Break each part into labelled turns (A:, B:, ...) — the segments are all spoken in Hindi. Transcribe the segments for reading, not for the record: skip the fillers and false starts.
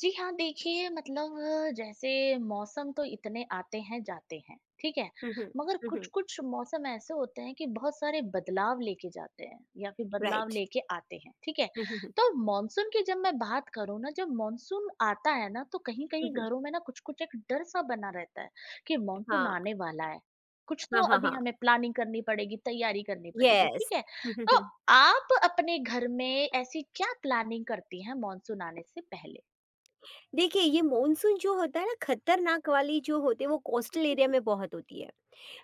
A: जी हाँ, देखिए मतलब जैसे मौसम तो इतने आते हैं, जाते हैं, ठीक है?
B: हुँ, हुँ।
A: मगर
B: हुँ, हुँ।
A: कुछ-कुछ मौसम ऐसे होते हैं कि बहुत सारे बदलाव लेके जाते हैं या फिर बदलाव
B: राइट।
A: लेके आते हैं, ठीक है?
B: हुँ, हुँ, हुँ।
A: तो मानसून की जब मैं बात करूँ ना, जब मानसून आता है ना, तो
B: हुँ,
A: कहीं-कहीं
B: हुँ।
A: घरों में ना कुछ-कुछ एक डर-सा बना रहता है कि मानसून
B: हाँ।
A: आने वाला है। कुछ
B: हाँ,
A: तो
B: हाँ,
A: अभी
B: हाँ।
A: हमें प्लानिंग करनी पड़ेगी, तैयारी करनी पड़ेगी,
B: यस।
A: ठीक है?
B: हुँ, हुँ,
A: तो
B: हुँ।
A: आप अपने घर में ऐसी क्या प्लानिंग करती हैं मानसून आने से पहले?
B: देखिए ये मानसून जो होता है ना खतरनाक वाली जो होती है वो कोस्टल एरिया में बहुत होती है।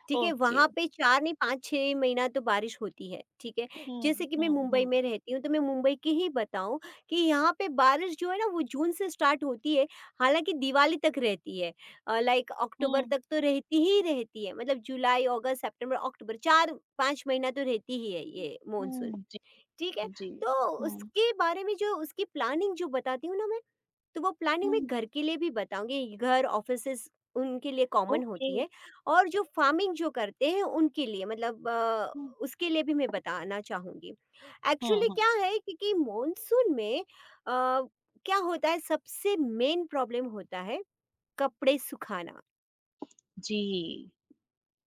B: ठीक है?
A: ओके।
B: वहाँ पे 4 नहीं 5-6 महीना तो बारिश होती है। ठीक है? जैसे कि मैं मुंबई
A: हम्म।
B: में रहती हूँ तो मैं मुंबई की ही बताऊँ कि यहाँ पे बारिश जो है ना वो जून से स्टार्ट होती है। हालाँकि दिवाली तक रहती है। लाइक अक्टूबर
A: हम्म
B: तक तो रहती ही रहती है। मतलब जुलाई, अगस्त, सितंबर, अक्टूबर 4-5 महीना तो रहती ही है ये मानसून।
A: जी।
B: ठीक है?
A: जी।
B: तो
A: हम्म।
B: उसके बारे में जो उसकी प्लानिंग जो बताती हूँ ना मैं, तो वो प्लानिंग मैं
A: हम्म।
B: घर के लिए भी बताऊँगी, घर, ऑफ़िसेज़ उनके लिए कॉमन
A: ओके।
B: होती है और जो फ़ार्मिंग जो करते हैं उनके लिए मतलब
A: हम्म
B: उसके लिए भी मैं बताना चाहूँगी।
A: हम्म।
B: एक्चुअली क्या है क्योंकि मानसून में क्या होता है सबसे मेन प्रॉब्लम होता है कपड़े सुखाना।
A: जी।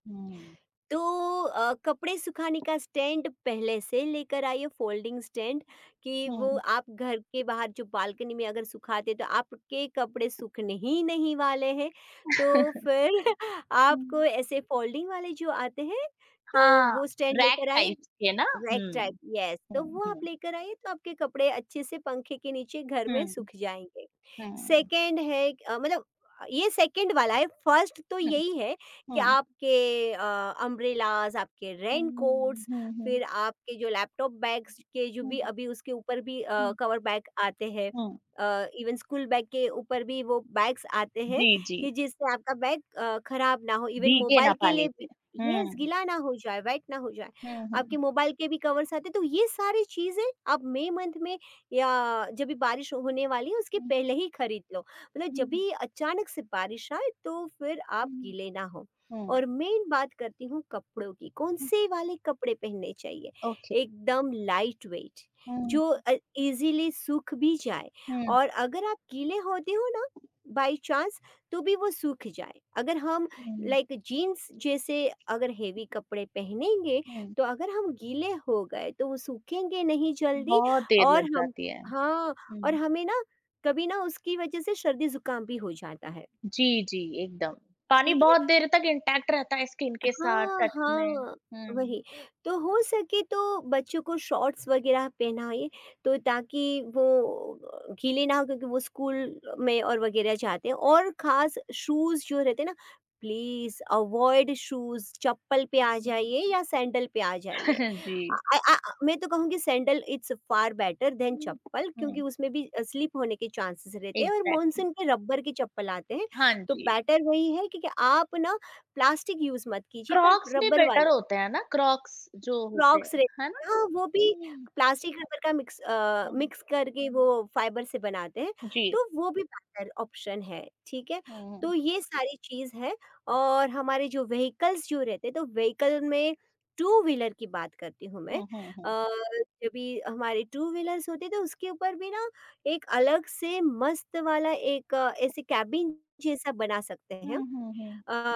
A: हम्म।
B: तो कपड़े सुखाने का स्टैंड पहले से लेकर आइए, फोल्डिंग स्टैंड, कि वो
A: हम्म।
B: आप घर के बाहर जो बालकनी में अगर सुखाते तो आपके कपड़े सूखने ही नहीं वाले हैं, तो फिर आपको
A: हम्म,
B: ऐसे फोल्डिंग वाले जो आते हैं तो
A: हाँ।
B: वो स्टैंड
A: रैक
B: लेकर आइए।
A: टाइप के ना।
B: रैक टाइप,
A: हम्म।
B: यस, तो वो आप
A: हम्म।
B: लेकर आइए तो आपके कपड़े अच्छे से पंखे के नीचे घर में
A: हम्म।
B: सूख जाएँगे।
A: हम्म।
B: सेकंड है मतलब ये सेकंड वाला है, फर्स्ट तो यही है। कि
A: हम्म।
B: आपके अ, अम्ब्रेलाज़, आपके
A: हम्म। हम्म।
B: रेनकोट्स,
A: हम्म। हम्म।
B: फिर आपके जो लैपटॉप बैग्स के जो भी
A: हम्म,
B: अभी उसके ऊपर भी
A: हम्म,
B: कवर बैग आते हैं।
A: हम्म,
B: इवन स्कूल बैग के ऊपर भी वो बैग्स आते हैं
A: जी जी।
B: कि जिससे आपका बैग खराब ना हो, इवन
A: भीगे
B: मोबाइल
A: ना
B: के लिए
A: पानी से।
B: भी। Yes,
A: hmm.
B: गीला ना हो जाए, वेट ना हो जाए। आपके
A: हम्म।
B: मोबाइल के भी कवर्स आते हैं, तो ये सारी चीज़ें आप मई मंथ में या जब भी बारिश होने वाली है उसके पहले ही खरीद लो। मतलब जब
A: हम्म।
B: भी अचानक से बारिश आए तो फिर आप
A: हम्म।
B: गीले ना हों।
A: हम्म।
B: और मेन बात करती हूँ कपड़ों की,
A: हम्म,
B: कौन-से वाले कपड़े पहनने चाहिए?
A: ओके।
B: एकदम लाइट वेट, जो
A: हम्म।
B: अ, ईज़िली सूख भी जाए
A: हम्म।
B: और अगर आप गीले होते हो ना, बाय चांस, तो भी वो सूख जाए। अगर हम
A: हम्म।
B: लाइक जीन्स जैसे अगर हेवी कपड़े पहनेंगे
A: हम्म।
B: तो अगर हम गीले हो गए तो वो सूखेंगे नहीं जल्दी।
A: बहुत देर
B: और
A: लग
B: हम
A: जाती है।
B: हाँ, और
A: हुँ।
B: हमें ना कभी ना उसकी वजह से सर्दी-ज़ुकाम भी हो जाता है,
A: जी, जी, एकदम। पानी
B: ठीक है?
A: बहुत देर तक इंटैक्ट रहता है स्किन के साथ
B: हाँ,
A: टच में।
B: हाँ,
A: हुँ।
B: वही। तो हो सके तो बच्चों को शॉर्ट्स वगैरह पहनाइए तो ताकि वो गीले ना हो क्योंकि वो स्कूल में और वगैरह जाते हैं। और ख़ास शूज़ जो रहते हैं ना, प्लीज़ अवॉइड शूज़, चप्पल पे आ
A: हुँ।
B: जाइए या सैंडल पे आ जाइए।
A: जी।
B: अ अ अ, मैं तो कहूँगी sandal it's far better than
A: hmm,
B: चप्पल क्योंकि
A: हुँ,
B: उसमें भी स्लिप होने के चांसेस रहते हैं, और
A: एग्ज़ैक्टली।
B: मॉनसून के रबर के चप्पल आते हैं।
A: हाँ
B: तो
A: जी।
B: बेटर वही है क्योंकि आप ना प्लास्टिक यूज़ मत कीजिए पर
A: क्रॉक्स भी
B: रबर
A: बेटर
B: वाले
A: होते हैं ना, क्रॉक्स जो होते
B: फ्रॉक्स
A: हैं, है ना?
B: रहते हैं, हाँ, वो भी
A: हुँ,
B: प्लास्टिक रबर का मिक्स अ,
A: हुँ,
B: मिक्स करके वो फाइबर से बनाते हैं,
A: जी।
B: तो वो भी बेहतर ऑप्शन है, ठीक है?
A: हुँ,
B: तो ये सारी चीज़ है। और हमारे जो व्हीकल्स जो रहते हैं, तो व्हीकल में टू व्हीलर की बात करती हूँ मैं।
A: हुँ, हुँ, हुँ,
B: जब भी हमारे टू व्हीलर्स होते हैं, तो उसके ऊपर भी ना एक अलग से मस्त वाला एक ऐसे केबिन जैसा बना सकते हैं।
A: हुँ, हुँ, हुँ।
B: अ,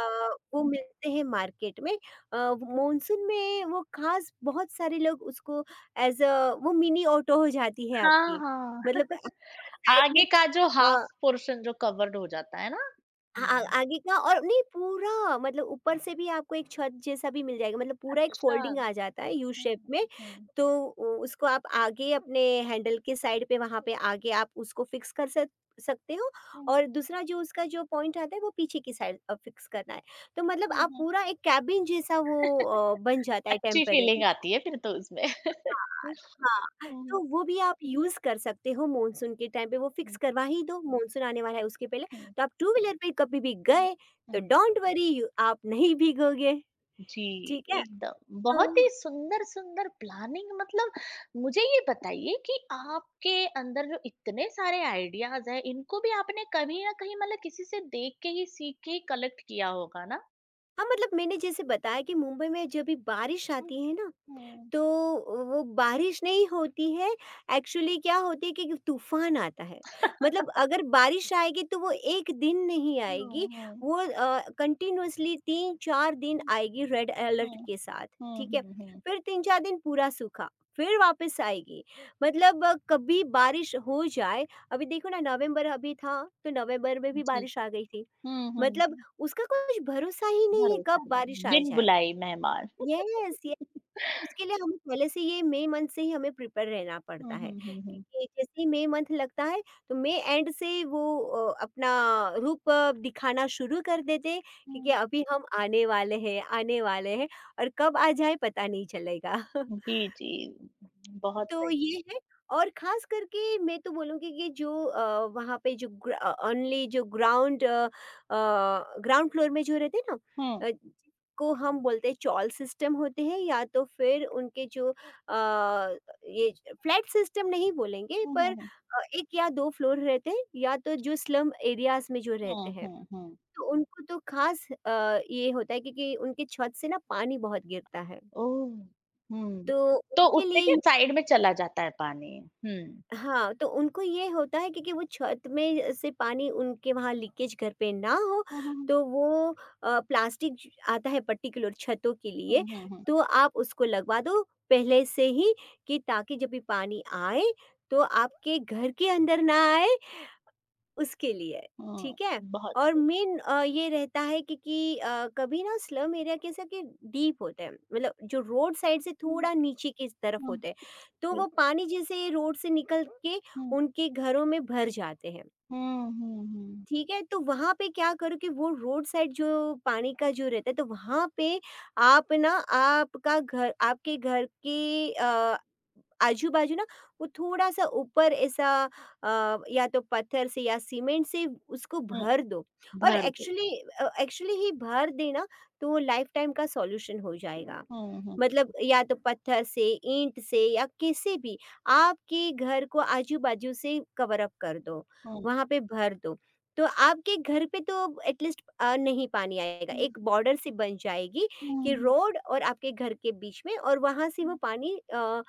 B: वो मिलते हैं मार्केट में। अ, मानसून में वो ख़ास बहुत सारे लोग उसको एज़ अ, वो मिनी ऑटो हो जाती है
A: हाँ,
B: आपकी।
A: हाँ।
B: मतलब साइड में
A: आगे
B: से
A: का जो हाफ़ पोर्शन जो कवर्ड हो जाता है ना?
B: हाँ, आ
A: हुँ,
B: आगे का, और नहीं पूरा, मतलब ऊपर से भी आपको एक छत जैसा भी मिल जाएगा, मतलब पूरा एक
A: अच्छा।
B: फोल्डिंग आ जाता है यू
A: हुँ,
B: शेप में।
A: हुँ, हुँ,
B: तो उ उसको आप आगे अपने हैंडल के साइड पे वहाँ पे आगे आप उसको फिक्स कर सक सकते हो,
A: हुँ,
B: और दूसरा जो उसका जो पॉइंट आता है वो पीछे की साइड फिक्स करना है। तो मतलब आप
A: हुँ।
B: पूरा एक केबिन जैसा वो बन जाता है
A: अच्छी
B: टेम्परेरी।
A: फीलिंग आती है फिर तो उसमें।
B: हाँ,
A: हुँ,
B: हाँ, तो
A: हुँ,
B: वो भी आप यूज़ कर सकते हो, मानसून के टाइम पे वो फ़िक्स
A: हुँ,
B: करवा ही दो, मानसून आने वाला है उसके पहले। तो आप टू व्हीलर पे कभी भी
A: हुँ।
B: गए तो
A: हुँ।
B: डोंट वरी यू, आप नहीं भीगोगे,
A: जी,
B: ठीक है?
A: एकदम। बहुत
B: तो
A: ही सुंदर-सुंदर प्लानिंग मतलब मुझे ये बताइए कि आपके अंदर जो इतने सारे आइडियाज़ हैं, इनको भी आपने कहीं न कहीं मतलब किसी से देख के ही, सीख के ही कलेक्ट किया होगा ना?
B: हाँ, मतलब मैंने जैसे बताया कि मुंबई में जब भी बारिश
A: हुँ,
B: आती है ना,
A: हुँ,
B: तो वो बारिश नहीं होती है, एक्चुअली क्या होती है कि तूफ़ान आता है। मतलब अगर बारिश आएगी तो वो 1 दिन नहीं
A: हुँ,
B: आएगी,
A: हुँ,
B: वो कंटिन्यूअसली 3-4 दिन आएगी रेड अलर्ट
A: हुँ,
B: के साथ,
A: हुँ,
B: ठीक है?
A: हुँ, हुँ, हुँ।
B: फिर 3-4 दिन पूरा सूखा, फिर वापस आएगी। मतलब कभी बारिश हो जाए, अभी देखो ना नवंबर अभी था, तो नवंबर में भी
A: जी।
B: बारिश आ गई थी।
A: हुँ, हुँ,
B: मतलब
A: हुँ।
B: उसका कुछ भरोसा ही नहीं है
A: भरोसा
B: कब
A: नहीं,
B: बारिश आ
A: बिन
B: जाए।
A: बुलाए मेहमान।
B: Yes, yes. उसके लिए हमें पहले से ये मई मंथ से ही हमें प्रिपेयर रहना पड़ता
A: हुँ,
B: है,
A: हुँ, हुँ, हुँ।
B: क्योंकि जैसे ही मई मंथ लगता है, तो मई एंड से वो अपना रूप दिखाना शुरू कर देते हैं, क्योंकि
A: हुँ।
B: अभी हम आने वाले हैं और कब आ जाए पता नहीं चलेगा।
A: जी, जी। बहुत
B: तो
A: सही।
B: ये है। और ख़ास करके मैं तो बोलूँगी कि जो अ, वहाँ पे जो ग्र अ, ओनली जो ground uh uh, ground floor में जो रहते हैं ना,
A: हुँ।
B: जिसको हम बोलते हैं चॉल सिस्टम होते हैं, या तो फिर उनके जो अ, ये फ्लैट सिस्टम नहीं बोलेंगे
A: हुँ,
B: पर
A: हुँ, हुँ।
B: 1 या 2 फ्लोर रहते हैं, या तो जो स्लम एरियाज़ में जो रहते
A: हुँ,
B: हैं,
A: हुँ, हुँ।
B: तो उनको तो ख़ास ये होता है क्योंकि उनकी छत से ना पानी बहुत गिरता है।
A: ओह! हुँ।
B: तो
A: तो
B: उनके
A: उससे क्या
B: लिए
A: साइड में चला जाता है पानी। हुँ।
B: हाँ, तो उनको ये होता है क्योंकि वो छत में से पानी उनके वहाँ लीकेज घर पे ना हो,
A: हुँ, हुँ, हुँ।
B: तो वो प्लास्टिक ज आता है पर्टिकुलर छतों के
A: हुँ,
B: लिए,
A: हुँ, हुँ।
B: तो आप उसको लगवा दो पहले से ही, कि ताकि जब भी पानी आए, तो आपके घर के अंदर ना आए, उसके लिए,
A: हुँ,
B: ठीक है?
A: बहुत।
B: और मेन ये रहता है कि कभी ना स्लम एरिया कैसा कि डीप होता है, मतलब जो रोड साइड से
A: हुँ,
B: थोड़ा नीचे की तरफ
A: हुँ,
B: होते हैं, तो
A: जी।
B: वो पानी जैसे रोड से निकल के
A: हुँ।
B: उनके घरों में भर जाते हैं।
A: हुँ, हुँ, हुँ।
B: ठीक है, तो वहाँ पे क्या करो कि वो रोड साइड जो पानी का जो रहता है, तो वहाँ पे आप ना, आपका घर आपके घर के आजू-बाजू ना वो थोड़ा-सा ऊपर ऐसा या तो पत्थर से या सीमेंट से उसको
A: हुँ,
B: भर दो। और
A: भर दो।
B: एक्चुअली ही भर देना तो वो लाइफ टाइम का सॉल्यूशन हो जाएगा।
A: हुँ, हुँ, हुँ।
B: मतलब या तो पत्थर से, ईंट से या किसी भी, आपके घर को आजू-बाजू से कवर अप कर दो, वहाँ पे भर दो। तो आपके घर पे तो एटलीस्ट नहीं पानी आएगा,
A: हुँ,
B: एक बॉर्डर सी बन जाएगी
A: हुँ,
B: कि
A: हुँ।
B: रोड और आपके घर के बीच में, और वहाँ से वो पानी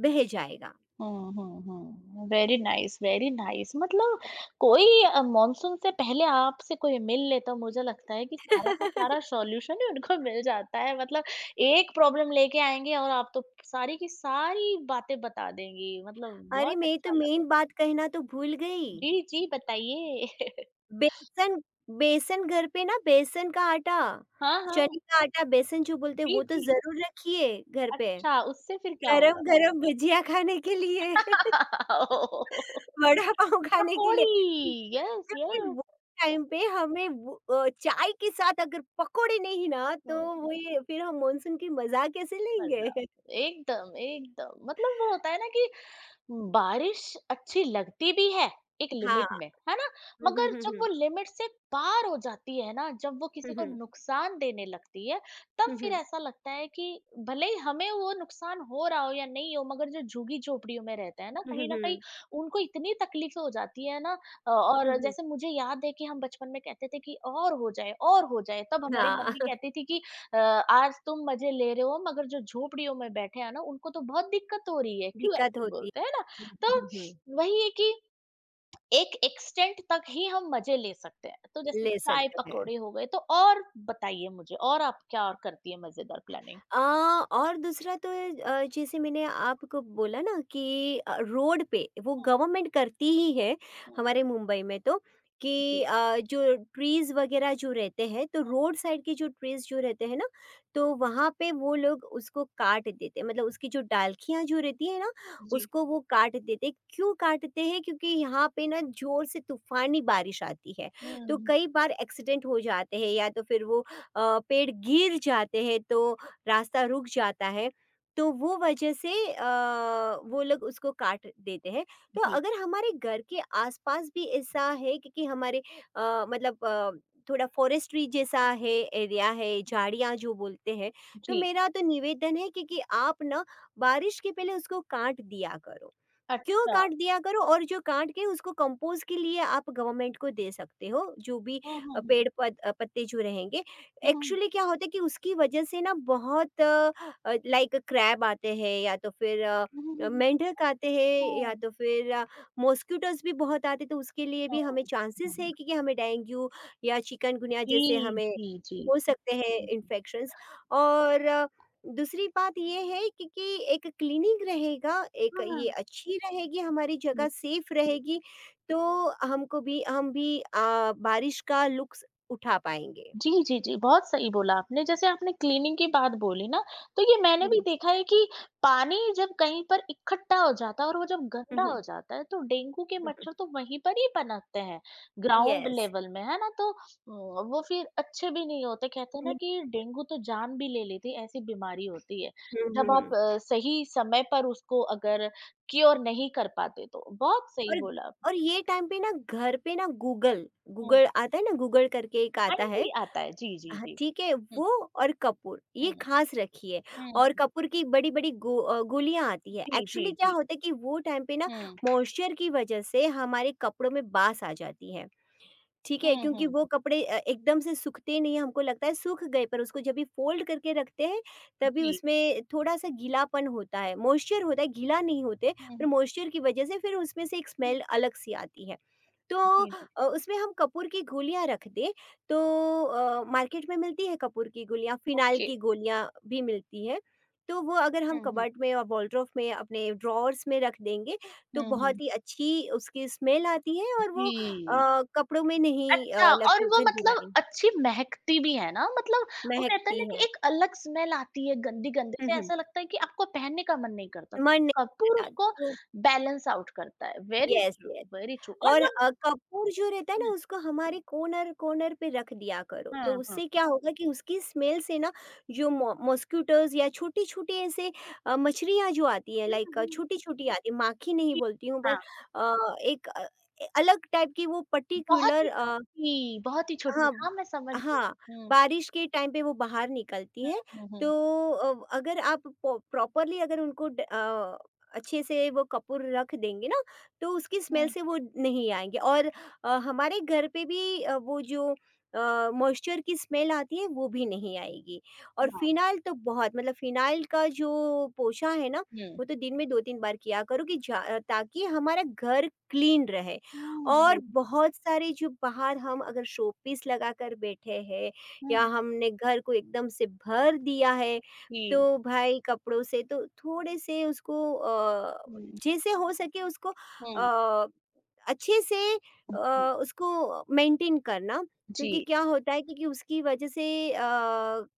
B: बह जाएगा।
A: हुँ, हुँ, हुँ। वेरी नाइस मतलब कोई मानसून से पहले आपसे कोई मिल ले तो मुझे लगता है कि सारा का सारा सॉल्यूशन ही उनको मिल जाता है। मतलब एक प्रॉब्लम लेके आएँगे और आप तो सारी की सारी बातें बता देंगी। मतलब
B: अरे!
A: बहुत
B: मैं तो
A: अच्छा लगा।
B: मेन बात कहना तो भूल गई।
A: जी, जी, बताइए।
B: बेसन बेसन घर पे ना, बेसन का आटा,
A: हाँ,
B: चने
A: हाँ।
B: का आटा, बेसन जो बोलते हैं
A: जी,
B: वो तो
A: जी।
B: ज़रूर रखिए घर पे।
A: अच्छा, उससे फिर क्या होगा?
B: गरम-गरम भुजिया खाने के लिए,
A: ओह!
B: वड़ा पाव खाने के लिए।
A: पकौड़ी। यस,
B: क्योंकि
A: यस।
B: वो टाइम पे हमें वो चाय के साथ अगर पकोड़े नहीं ना तो वो ये फिर हम मानसून की मज़ा कैसे लेंगे?
A: मज़ा एकदम, एकदम मतलब वो होता है ना कि बारिश अच्छी लगती भी है एक
B: हाँ।
A: लिमिट में है ना
B: हुँ, हुँ,
A: मगर
B: हुँ,
A: जब
B: हुँ।
A: वो लिमिट से पार हो जाती है ना जब वो
B: हुँ,
A: किसी को
B: हुँ।
A: नुकसान देने लगती है तब
B: हुँ,
A: फिर
B: हुँ।
A: ऐसा लगता है कि भले ही हमें वो नुकसान हो रहा हो या नहीं हो मगर जो झुगी झोपड़ियों में रहते हैं
B: हुँ, हुँ,
A: ना कहीं
B: हुँ।
A: उनको इतनी तकलीफें हो जाती है ना।
B: हुँ,
A: और
B: हुँ।
A: जैसे मुझे याद है कि हम बचपन में कहते थे कि और हो जाए तब हमारी
B: हाँ,
A: मम्मी कहती थी कि आज तुम मजे ले रहे हो मगर जो झोपड़ियों में बैठे हैं ना उनको तो बहुत दिक्कत हो रही है क्यों
B: दिक्कत
A: ऐसे
B: होती
A: बोलते हैं।
B: है। हुँ,
A: तो
B: हुँ, हुँ, हुँ।
A: वही है कि एक एक्सटेंट तक ही हम मजे ले सकते हैं। तो जैसे
B: ले
A: चाय
B: सकते हैं।
A: पकौड़े हो गए, तो और बताइए मुझे और आप क्या और करती हैं मज़ेदार प्लानिंग?
B: अ, और दूसरा तो जैसे मैंने आपको बोला ना कि रोड पे वो
A: हुँ,
B: गवर्नमेंट करती ही है,
A: हुँ,
B: हमारे मुंबई में तो, कि
A: जी,
B: जो ट्रीज़ वगैरह जो रहते हैं, तो रोड साइड के जो ट्रीज़ जो रहते हैं ना, तो
A: हुँ,
B: वहाँ पे वो लोग उसको काट देते हैं, मतलब उसकी जो डालखियाँ जो रहती है ना
A: जी,
B: उसको वो काट देते, क्यों काटते हैं क्योंकि यहाँ पे ना ज़ोर से तूफ़ानी बारिश आती है, तो
A: हुँ,
B: कई बार एक्सीडेंट हो जाते हैं या तो फिर वो पेड़ गिर जाते हैं, तो रास्ता रुक जाता है, तो वो वजह से वो लोग उसको काट देते हैं। तो
A: जी,
B: अगर हमारे घर के आस-पास भी ऐसा है कि हमारे अ, मतलब अ, थोड़ा फ़ॉरेस्ट्री जैसा है, एरिया है, झाड़ियाँ जो बोलते हैं, तो
A: जी,
B: मेरा तो निवेदन है कि आप ना बारिश के पहले उसको काट दिया करो। क्यों
A: अच्छा।
B: काट दिया करो, और जो काट के उसको कंपोज के लिए आप गवर्नमेंट को दे सकते हो, जो भी
A: हुँ,
B: अ,
A: हुँ, हुँ,
B: पेड़ पत, अ, पत्ते जो रहेंगे,
A: हुँ,
B: एक्चुअली क्या होता है कि उसकी वजह से ना बहुत लाइक क्रैब आते हैं या तो फिर
A: हुँ, हुँ,
B: मेंढक आते
A: हुँ,
B: हैं या
A: हुँ,
B: तो फिर मॉस्किटोज भी बहुत आते, तो उसके लिए
A: हाँ,
B: भी हमें
A: हाँ,
B: चांसेस है
A: हुँ,
B: कि हमें डेंगू या चिकनगुनिया
A: जी,
B: जैसे हमें
A: जी, जी,
B: हो सकते हैं
A: हुँ,
B: इन्फेक्शंस। और दूसरी बात ये है कि एक क्लीनिक रहेगा, एक
A: हाँ,
B: ये अच्छी रहेगी, हमारी जगह
A: हुँ।
B: सेफ रहेगी, तो हमको भी हम भी अ, बारिश का लुत्फ़ उठा पाएँगे।
A: जी, जी, जी, बहुत सही बोला आपने। जैसे आपने क्लीनिंग की बात बोली ना, तो ये मैंने
B: हुँ,
A: भी
B: हुँ।
A: देखा है कि पानी जब कहीं पर इकट्ठा हो जाता है और वो जब
B: हुँ,
A: गंदा हो
B: हुँ।
A: जाता है, तो डेंगू के
B: हुँ, हुँ।
A: मच्छर तो वहीं पर ही पनपते हैं, ग्राउंड
B: येस।
A: लेवल में, है ना? तो वो फिर अच्छे भी नहीं होते। कहते हैं ना
B: हुँ।
A: कि डेंगू तो जान भी ले लेती है, ऐसी बीमारी होती है।
B: हुँ, हुँ,
A: जब
B: हुँ।
A: आप सही समय पर उसको अगर क्योर नहीं कर पाते तो। बहुत सही
B: और
A: बोला आप।
B: और ये टाइम पे ना घर पे ना गूगल
A: हुँ,
B: गूगल आता है ना गूगल करके एक आता है।
A: हांजी आता है। जी, जी,
B: हाँ,
A: जी।
B: ठीक है,
A: हुँ,
B: वो और कपूर,
A: हुँ,
B: ये ख़ास रखिए।
A: हुँ,
B: और
A: हुँ।
B: कपूर की बड़ी-बड़ी गोलियाँ आती है।
A: जी, जी,
B: एक्चुअली क्या
A: जी।
B: होता है कि वो टाइम पे ना
A: हुँ।
B: मॉइस्चर की वज़ह से हमारे कपड़ों में बास आ जाती है। ठीक है,
A: हुँ, हुँ,
B: क्योंकि
A: हुँ।
B: वो कपड़े एकदम से सूखते नहीं हैं, हमको लगता है सूख गए, पर उसको जब भी फ़ोल्ड करके रखते हैं, तभी
A: जी।
B: उसमें थोड़ा-सा गीलापन होता है, मॉइस्चर होता है, गीला नहीं होते,
A: हुँ,
B: पर
A: हुँ।
B: मॉइस्चर की वजह से फिर उसमें से एक
A: हुँ,
B: स्मेल अलग-सी आती है। तो
A: जी, जी।
B: उसमें हम कपूर की गोलियाँ रख दें, तो मार्केट में मिलती है कपूर की गोलियाँ, फ़िनाइल
A: ओके।
B: की गोलियाँ भी मिलती है, तो वो अगर हम
A: हुँ, हुँ।
B: कबर्ड में और वॉलड्रॉफ में, अपने ड्रॉवर्स में रख देंगे, तो
A: हुँ, हुँ।
B: बहुत ही अच्छी उसकी स्मेल आती है और वो
A: जी।
B: कपड़ों में नहीं
A: अच्छा
B: लगती
A: और
B: है
A: वो
B: गंदी
A: मतलब
B: वाली।
A: अच्छी महकती भी है ना? मतलब वो कहते हैं
B: महकती
A: ना कि
B: है।
A: एक अलग स्मेल आती है गंदी-गंदी
B: हुँ,
A: से
B: हुँ।
A: ऐसा लगता है कि आपको पहनने का मन नहीं करता। तो
B: मन नहीं
A: कपूर
B: करता
A: उसको
B: तो
A: बैलेंस आउट करता है।
B: Yes, yes.
A: वेरी ट्रू और
B: और
A: जब
B: कपूर जो रहता है ना
A: हुँ,
B: उसको हमारे कॉर्नर-कॉर्नर पे रख दिया करो, तो
A: हाँ, हाँ।
B: उससे क्या होगा कि उसकी स्मेल से ना जो मॉ मॉस्किटोज़ या छोटी-छोटी ऐसे मछलियाँ जो आती हैं,
A: हुँ,
B: लाइक
A: हुँ।
B: छोटी-छोटी आती हैं, माखी नहीं
A: जी,
B: बोलती हूँ, पर
A: हाँ।
B: अ, एक अ, ए अलग टाइप की वो
A: बहुत
B: पर्टिक्युलर
A: ही छोटी, बहुत ही छोटी।
B: हाँ,
A: हाँ, मैं समझ गई।
B: हाँ,
A: हुँ।
B: बारिश के टाइम पे वो बाहर निकलती
A: हुँ,
B: है,
A: हुँ,
B: तो
A: हुँ।
B: अगर आप पो प्रॉपरली अगर उनको अच्छे से वो कपूर रख देंगे ना, तो उसकी स्मेल
A: हुँ,
B: से वो नहीं आएँगे और हमारे घर पे भी वो जो मॉइस्चर की स्मेल आती है, वो भी नहीं आएगी। और
A: वाह!
B: फिनाइल तो बहुत मतलब फिनाइल का जो पोछा है ना,
A: हुँ।
B: वो तो दिन में 2-3 बार किया करो कि जा, ताकि हमारा घर क्लीन रहे। और
A: हुँ,
B: बहुत सारे जो बाहर हम अगर शोपीस लगाकर बैठे हैं
A: हुँ,
B: या हमने घर को एकदम से भर दिया है,
A: जी।
B: तो भाई कपड़ों से तो थोड़े से उसको
A: हुँ,
B: जैसे हो सके उसको
A: हुँ,
B: अ, अच्छे से
A: जी,
B: उसको मेंटेन करना, क्योंकि
A: जी,
B: क्या होता है कि उसकी वजह से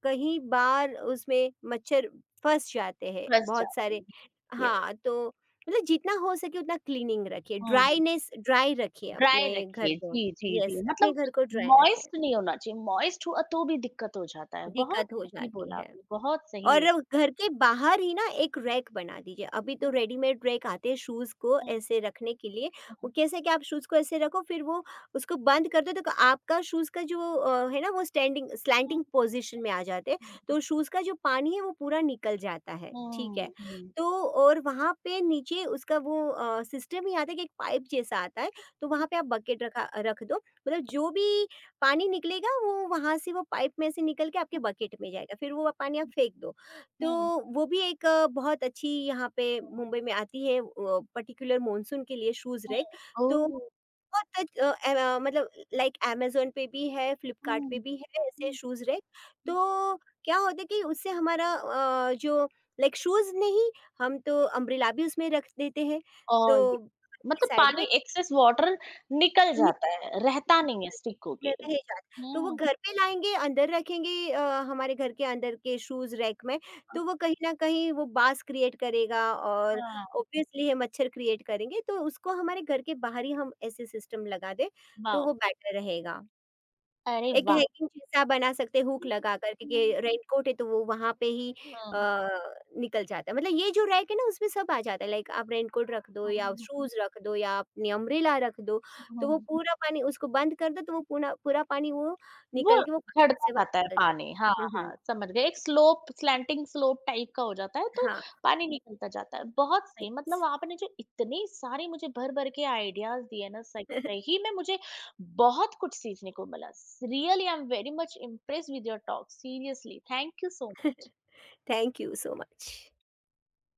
B: कहीं बार उसमें मच्छर फंस जाते हैं
A: फँस
B: बहुत
A: जाते
B: सारे।
A: हैं। यस,
B: हाँ, तो मतलब जितना हो सके उतना क्लीनिंग रखिए,
A: हुँ,
B: ड्राइनेस ड्राई रखिए
A: ड्राई
B: अपने घर
A: रखिए।
B: को।
A: जी, जी, जी,
B: यस, अपने
A: मतलब
B: घर को ड्राई रखें,
A: मॉइस्ट नहीं होना चाहिए, मॉइस्ट हुआ तो भी दिक्कत हो जाता है। बहुत
B: दिक्कत हो
A: सही
B: जाती
A: बोला
B: है।
A: आपने, बहुत
B: और
A: सही है।
B: घर के बाहर ही ना एक रैक बना दीजिए। अभी तो
A: हुँ,
B: रेडीमेड रैक आते हैं शूज़ को
A: हुँ,
B: ऐसे रखने के लिए।
A: हुँ,
B: वो
A: हुँ,
B: कैसा है कि आप शूज़ को ऐसे रखो, फिर वो उसको बंद कर दो, तो आपका शूज़ का जो है ना वो स्टैंडिंग
A: हुँ,
B: स्लैंटिंग
A: हुँ,
B: पोज़ीशन में आ जाते हैं। तो शूज़ का जो पानी है वो पूरा निकल जाता है, ठीक
A: हुँ,
B: है।
A: हुँ,
B: तो और वहाँ पे नीचे उसका वो सिस्टम ही आता है कि एक पाइप जैसा आता है, तो
A: हुँ,
B: वहाँ पे आप बकेट रखा रख दो। मतलब जो भी पानी निकलेगा वो वहाँ से वो पाइप में से निकल के आपके बकेट में जाएगा। फिर वो पानी आप फेंक दो। तो
A: हुँ,
B: वो भी एक बहुत अच्छी यहाँ पे मुंबई में आती है, पर्टिकुलर मॉनसून के लिए शूज़ रैक। तो
A: ओह!
B: बहुत अच अ, ए अ, मतलब लाइक अमेज़न पे भी है, फ्लिपकार्ट पे
A: हुँ,
B: भी है ऐसे
A: हुँ,
B: शूज़ रैक।
A: हुँ,
B: तो क्या होता है कि उससे हमारा जो लाइक शूज़ नहीं, हम तो अम्ब्रेला भी उसमें रख देते हैं।
A: ओह!
B: तो
A: ये
B: बाकी
A: मतलब
B: साइड
A: पानी
B: में
A: एक्सेस वाटर निकल
B: नि
A: जाता है, रहता नहीं है स्टिक होके।
B: रह जाता तो वो
A: हुँ।
B: घर पे लाएँगे, अंदर रखेंगे हमारे घर के अंदर के शूज़ रैक में, तो वो कहीं न कहीं वो बास क्रिएट करेगा और
A: हाँ,
B: ऑब्वियसली ये मच्छर क्रिएट करेंगे, तो उसको हमारे घर के बाहर ही हम ऐसे सिस्टम लगा दें, तो
A: वाओ!
B: वो बेटर रहेगा।
A: अरे
B: एक
A: वाह!
B: हैकिंग जैसा बना सकते हुक लगा कर के
A: हुँ,
B: रेनकोट है तो वो वहाँ पे ही अ,
A: हाँ,
B: निकल जाता है। मतलब ये जो रैक है ना उसमें सब आ जाता है, लाइक आप रेनकोट रख दो
A: हाँ,
B: या
A: हाँ,
B: शूज़ रख दो या अपनी अम्ब्रेला रख दो,
A: हाँ,
B: तो वो
A: हाँ।
B: पूरा पानी उसको बंद कर दो तो वो पूरा पूरा पानी वो
A: वो
B: निकल के वो
A: झड़ता
B: से
A: जाता है
B: बाहर निकल
A: पानी, हाँ,
B: जाएगा। हुँ, हुँ।
A: हाँ, समझ गए। एक स्लोप स्लैंटिंग स्लोप टाइप का हो जाता है तो
B: हाँ,
A: पानी निकलता जाता है। बहुत सही
B: यस।
A: मतलब आपने जो इतनी सारी मुझे भर-भर के आइडियाज़ दिए ना सच सही में मुझे बहुत कुछ सीखने को मिला। Really I am very much impressed with your talk seriously thank you so much.
B: Thank you so much.